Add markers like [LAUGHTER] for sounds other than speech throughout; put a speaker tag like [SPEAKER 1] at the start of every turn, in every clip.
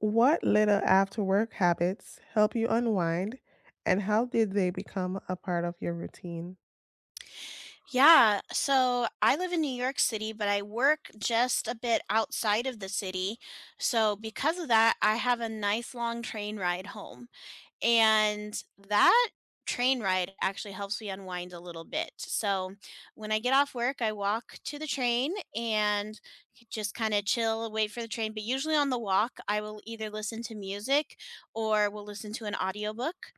[SPEAKER 1] What little after work habits help you unwind, and how did they become a part of your routine?
[SPEAKER 2] Yeah, so I live in New York City, but I work just a bit outside of the city. So because of that, I have a nice long train ride home. And that train ride actually helps me unwind a little bit. So when I get off work, I walk to the train and just kind of chill, wait for the train. But usually on the walk, I will either listen to music or will listen to an audiobook,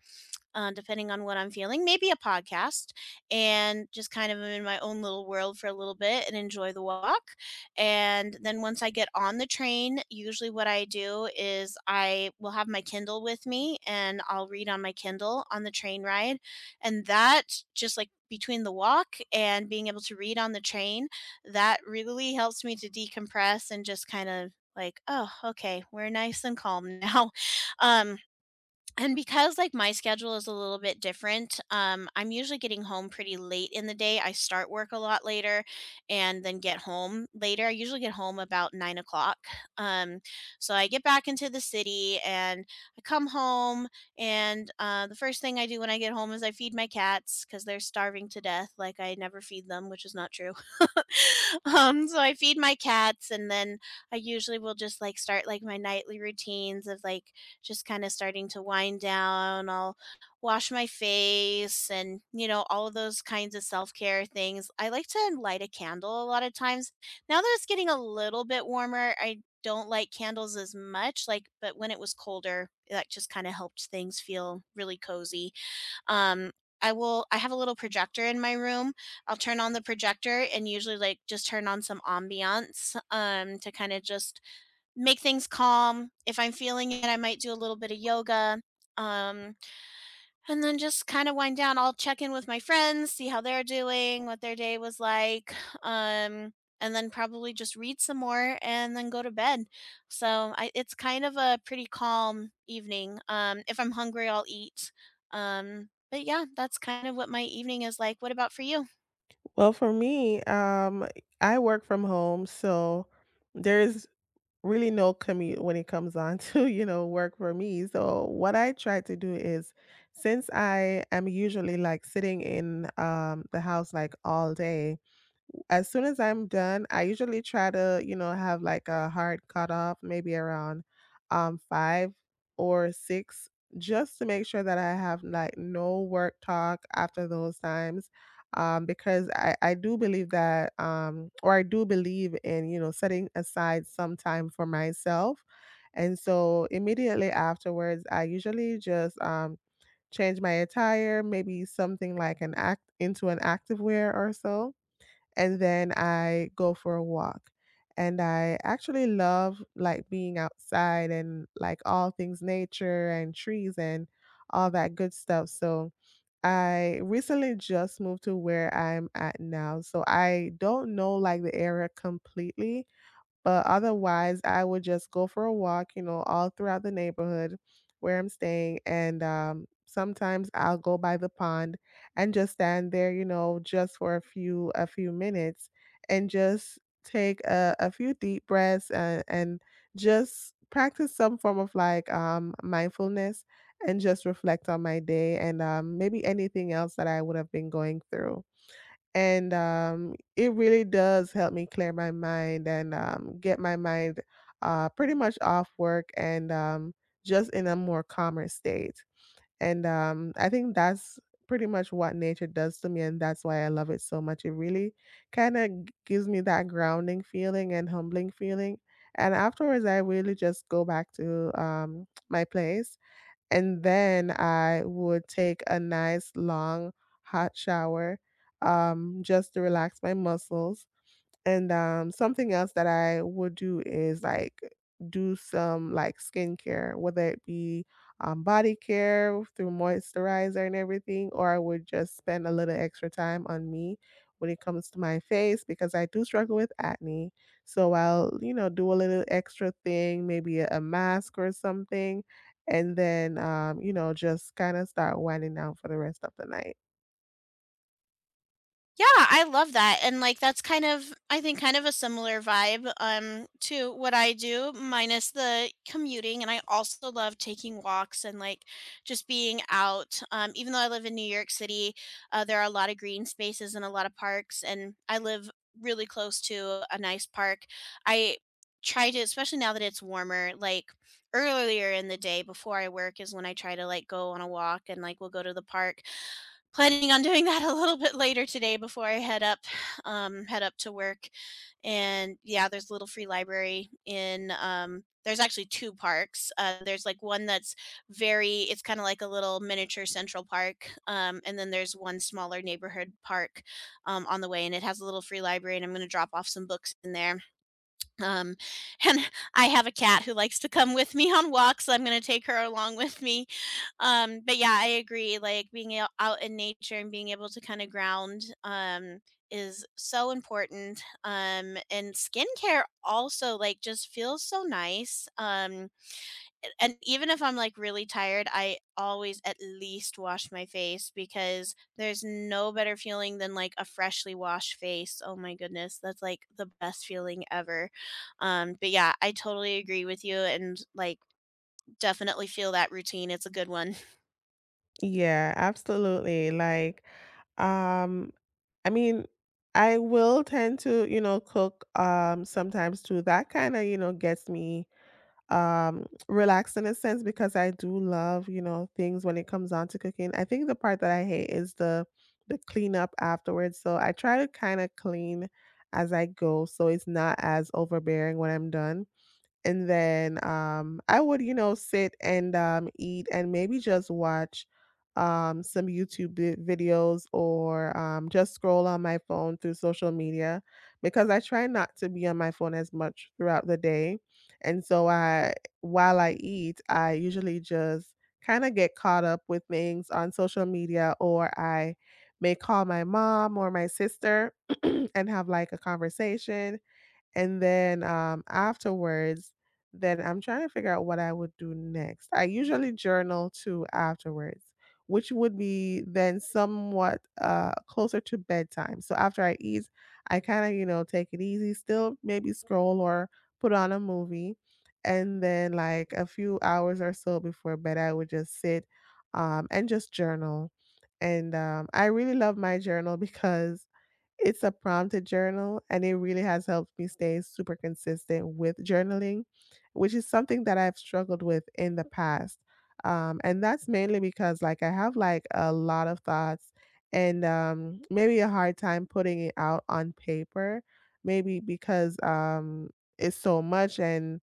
[SPEAKER 2] depending on what I'm feeling, maybe a podcast, and just kind of am in my own little world for a little bit and enjoy the walk. And then once I get on the train, usually what I do is I will have my Kindle with me and I'll read on my Kindle on the train ride. And that, just like, between the walk and being able to read on the train, that really helps me to decompress and just kind of like, oh, okay, we're nice and calm now. [LAUGHS] Um, and because, like, my schedule is a little bit different, I'm usually getting home pretty late in the day. I start work a lot later and then get home later. I usually get home about 9 o'clock. Um, so I get back into the city and I come home. And the first thing I do when I get home is I feed my cats because they're starving to death. Like, I never feed them, which is not true. [LAUGHS] So I feed my cats and then I usually will just like start like my nightly routines of like just kind of starting to wind down. I'll wash my face and, you know, all of those kinds of self care things. I like to light a candle a lot of times. Now that it's getting a little bit warmer, I don't light candles as much, like, but when it was colder that just kind of helped things feel really cozy. um I have a little projector in my room. I'll turn on the projector and usually like just turn on some ambiance to kind of just make things calm. If I'm feeling it, I might do a little bit of yoga. Um, and then just kind of wind down. I'll check in with my friends, see how they're doing, what their day was like. Um, and then probably just read some more and then go to bed. So it's kind of a pretty calm evening. If I'm hungry, I'll eat. But yeah, that's kind of what my evening is like. What about for you?
[SPEAKER 1] Well, for me, I work from home, so there's really no commute when it comes on [LAUGHS] to, work for me. So what I try to do is, since I am usually like sitting in the house like all day, as soon as I'm done, I usually try to, have like a hard cutoff, maybe around 5 or 6, just to make sure that I have like no work talk after those times. Because I do believe that or I do believe in, setting aside some time for myself. And so immediately afterwards, I usually just change my attire, maybe something like an act into an active wear or so, and then I go for a walk. And I actually love like being outside and like all things nature and trees and all that good stuff. So I recently just moved to where I'm at now, so I don't know like the area completely, but otherwise, I would just go for a walk, all throughout the neighborhood where I'm staying. And sometimes I'll go by the pond and just stand there, just for a few minutes and just take a few deep breaths and just practice some form of like mindfulness, and just reflect on my day, and maybe anything else that I would have been going through. And, it really does help me clear my mind and, get my mind, pretty much off work and, just in a more calmer state. And, I think that's pretty much what nature does to me, and that's why I love it so much. It really kinda gives me that grounding feeling and humbling feeling. And afterwards, I really just go back to, my place, and then I would take a nice long hot shower, just to relax my muscles. And, something else that I would do is, like, do some, like, skincare, whether it be, body care through moisturizer and everything, or I would just spend a little extra time on me when it comes to my face because I do struggle with acne. So I'll, do a little extra thing, maybe a mask or something, and then, just kinda start winding down for the rest of the night.
[SPEAKER 2] Yeah, I love that, and, like, that's kind of, I think, kind of a similar vibe, to what I do, minus the commuting, and I also love taking walks and, like, just being out, even though I live in New York City, there are a lot of green spaces and a lot of parks, and I live really close to a nice park. I try to, especially now that it's warmer, like, earlier in the day before I work is when I try to, like, go on a walk and, like, we'll go to the park, planning on doing [LAUGHS] that a little bit later today before I head up, head up to work. And yeah, there's a little free library in. There's actually two parks. There's like one that's very. It's kind of like a little miniature Central Park, and then there's one smaller neighborhood park, on the way, and it has a little free library. And I'm going to drop off some books in there. Um, and [LAUGHS] I have a cat who likes to come with me on walks, so I'm gonna take her along with me. But yeah, I agree, like, being ou out in nature and being able to kinda ground, is so important, and skincare also, like, just feels so nice, and even if I'm, like, really tired, I always at least wash my face because there's no better feeling than, like, a freshly washed face. Oh my goodness, that's, like, the best feeling ever. But yeah, I totally agree with you and, like, definitely feel that routine. It's a good one.
[SPEAKER 1] Yeah, absolutely, like, um I mean, I will tend to, cook, sometimes too. That kinda, gets me, relaxed in a sense because I do love, things when it comes down to cooking. I think the part that I hate is the cleanup afterwards. So I try to kinda clean as I go so it's not as overbearing when I'm done, and then I would, sit and eat and maybe just watch some videos or just scroll on my phone through social media because I try not to be on my phone as much throughout the day. And so I while I eat, I usually just kind of get caught up with things on social media, or I may call my mom or my sister [CLEARS THROAT] and have like a conversation, and then, afterwards, then I'm trying to figure out what I would do next. I usually journal too afterwards, which would be then somewhat, closer to bedtime. So after I eat, I kinda, take it easy, still maybe scroll or put on a movie. And then, like, a few hours or so before bed, I would just sit, and just journal. And, I really love my journal [LAUGHS] because it's a prompted journal, and it really has helped me stay super consistent with journaling, which is something that I've struggled with in the past. And that's mainly because like I have like a lot of thoughts, and maybe a hard time putting it out on paper, maybe because it's so much, and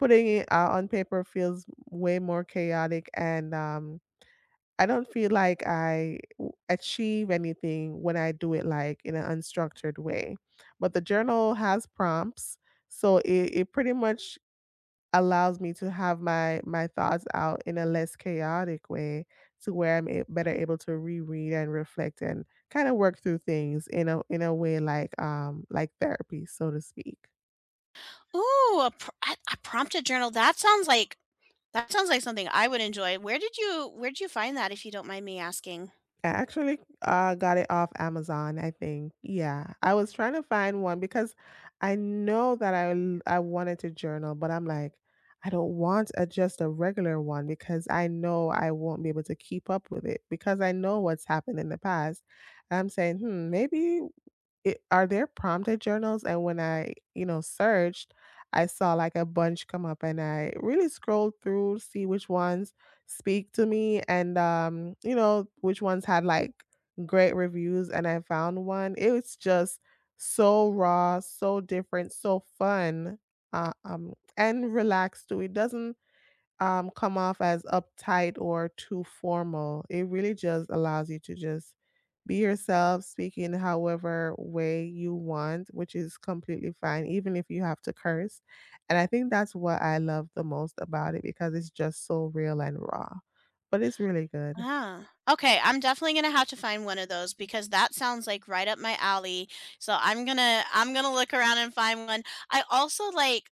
[SPEAKER 1] putting it out on paper feels way more chaotic, and I don't feel like achieve anything when I do it like in an unstructured way. But the journal has prompts, so it pretty much allows me to have my thoughts out in a less chaotic way to where I'm better able to reread and reflect and kind of work through things in a way like therapy, so to speak.
[SPEAKER 2] Ooh, a pr a prompted journal. That sounds like something I would enjoy. Where did you find that, if you don't mind me asking?
[SPEAKER 1] I actually, got it off Amazon, I think. Yeah, I was trying to find one because I know that I wanted to journal, but I'm like, "I don't want a just a regular one because I know I won't be able to keep up with it because I know what's happened in the past." And I'm saying, "Hmm, maybe it, are there prompted journals?" And when I, searched, I saw like a bunch come up, and I really scrolled through, see which ones speak to me and, which ones had like great reviews. And I found one. It was just so raw, so different, so fun, and relaxed too. It doesn't come off as uptight or too formal. It really just allows you to just be yourself, speaking however way you want, which is completely fine, even if you have to curse. And I think that's what I love the most about it because it's just so real and raw. But it's really good.
[SPEAKER 2] Ah, okay. I'm definitely gonna have to find one of those because that sounds like right up my alley. So I'm gonna look around and find one. I also like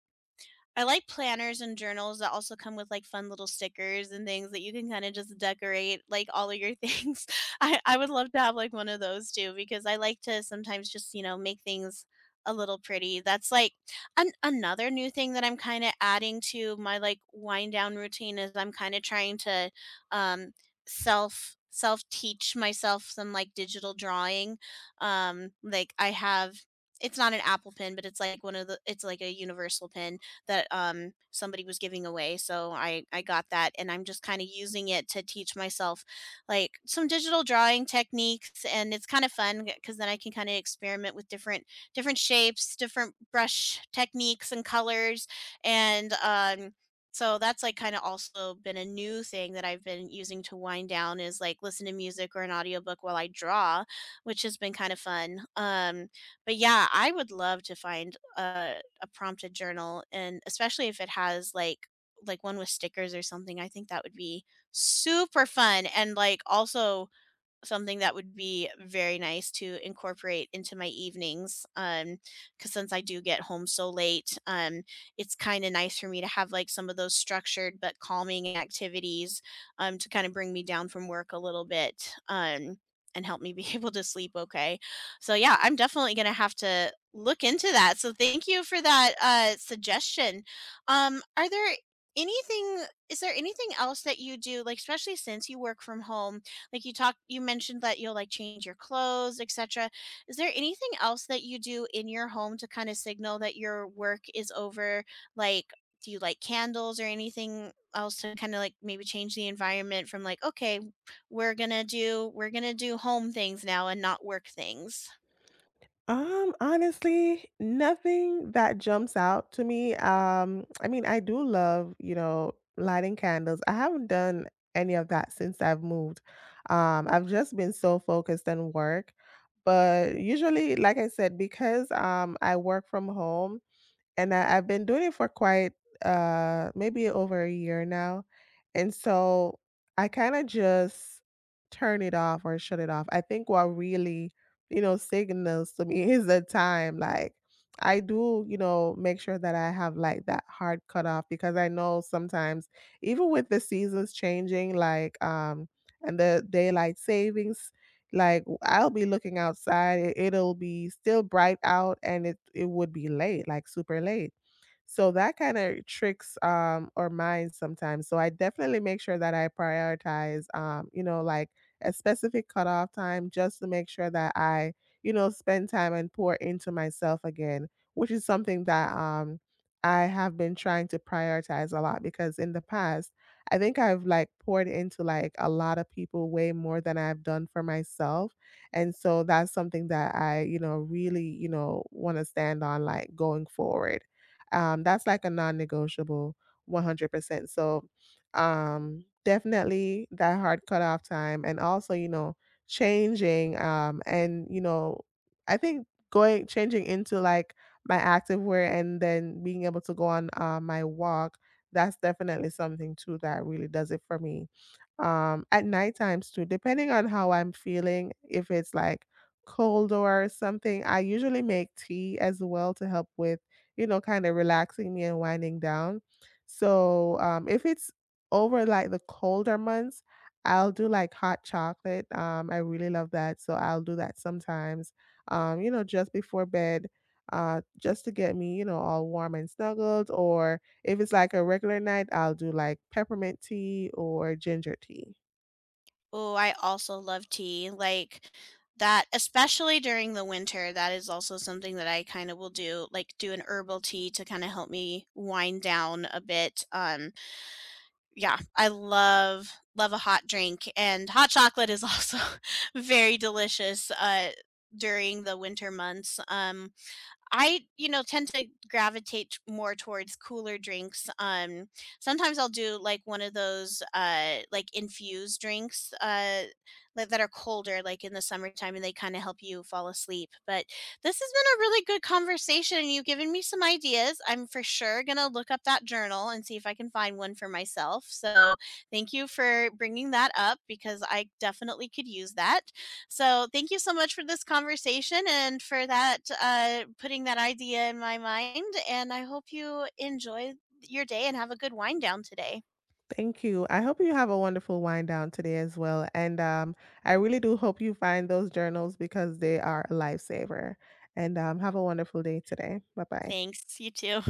[SPEAKER 2] I like planners and journals that also come with like fun little stickers and things that you can kind of just decorate like all of your things. [LAUGHS] I would love to have like one of those too because I like to sometimes just, you know, make things a little pretty. That's like another new thing that I'm kind of adding to my like wind down routine is I'm kind of trying to um self teach myself some like digital drawing. Like I have, it's not an Apple pen, but it's like one of the it's like a universal pen that somebody was giving away. So I got that and I'm just kind of using it to teach myself like some digital drawing techniques. And it's kind of fun because then I can kind of experiment with different shapes, different brush techniques and colors. And, so that's like kind of also been a new thing that I've been using to wind down is like listen to music or an audiobook while I draw, which has been kind of fun. But yeah, I would love to find a prompted journal, and especially if it has like one with stickers or something, I think that would be super fun and like also something that would be very nice to incorporate into my evenings, because since I do get home so late, it's kind of nice for me to have like some of those structured but calming activities to kind of bring me down from work a little bit and help me be [LAUGHS] able to sleep okay. So yeah, I'm definitely going to have to look into that, so thank you for that suggestion. Are there anything Is there anything else that you do, like, especially since you work from home, like you mentioned that you'll like change your clothes, etc.? Is there anything else that you do in your home to kind of signal that your work is over? Like, do you like candles or anything else to kind of like maybe change the environment from, like, okay, we're going to do home things now and not work things?
[SPEAKER 1] Honestly, nothing that jumps out to me. I mean, I do love, lighting candles. I haven't done any of that since I've moved. I've just been so focused on work. But usually, like I said, because I work from home, and I've been doing it for quite maybe over a year now. And so I kind of just turn it off or shut it off. I think what really, signals to me [LAUGHS] is the time. Like I do, make sure that I have like that hard cutoff because I know sometimes even with the seasons changing, like and the daylight savings, like I'll be looking outside, it'll be still bright out, and it would be late, like super late. So that kind of tricks our minds sometimes. So I definitely make sure that I prioritize like a specific cutoff time just to make sure that I, spend time and pour into myself again, which is something that I have been trying to prioritize a lot because in the past, I think I've like poured into like a lot of people way more than I've done for myself. And so that's something that I, really, want to stand on like going forward. That's like a non-negotiable 100%. So, definitely that hard cutoff time, and also, changing and you know, I think going changing into like my active wear and then being able to go on my walk, that's definitely something too that really does it for me. At night times too, depending on how I'm feeling, if it's like cold or something, I usually make tea as well to help with, kind of relaxing me and winding down. So if it's over like the colder months, I'll do like hot chocolate. I really love that. So I'll do that sometimes, just before bed, just to get me, all warm and snuggled. Or if it's like a regular night, I'll do like peppermint tea or ginger tea.
[SPEAKER 2] Oh, I also love tea. Like, that, especially during the winter, that is also something that I kind of will do, like, do an herbal tea to kind of help me wind down a bit. Yeah, I love a hot drink, and hot chocolate is also [LAUGHS] very delicious during the winter months. I tend to gravitate more towards cooler drinks. Sometimes I'll do like one of those like infused drinks that are colder like in the summertime and they kind of help you fall asleep. But this has been a really good conversation and you've given me some ideas. I'm for sure going to look up that journal and see if I can find one for myself. So, thank you for bringing that up because I definitely could use that. So thank you so much for this conversation and for that, putting that idea in my mind. And I hope you enjoy your day and have a good wind down today.
[SPEAKER 1] Thank you. I hope you have a wonderful wind down today as well. And I really do hope you find those journals because they are a lifesaver. And have a wonderful day today. Bye bye.
[SPEAKER 2] Thanks. You too.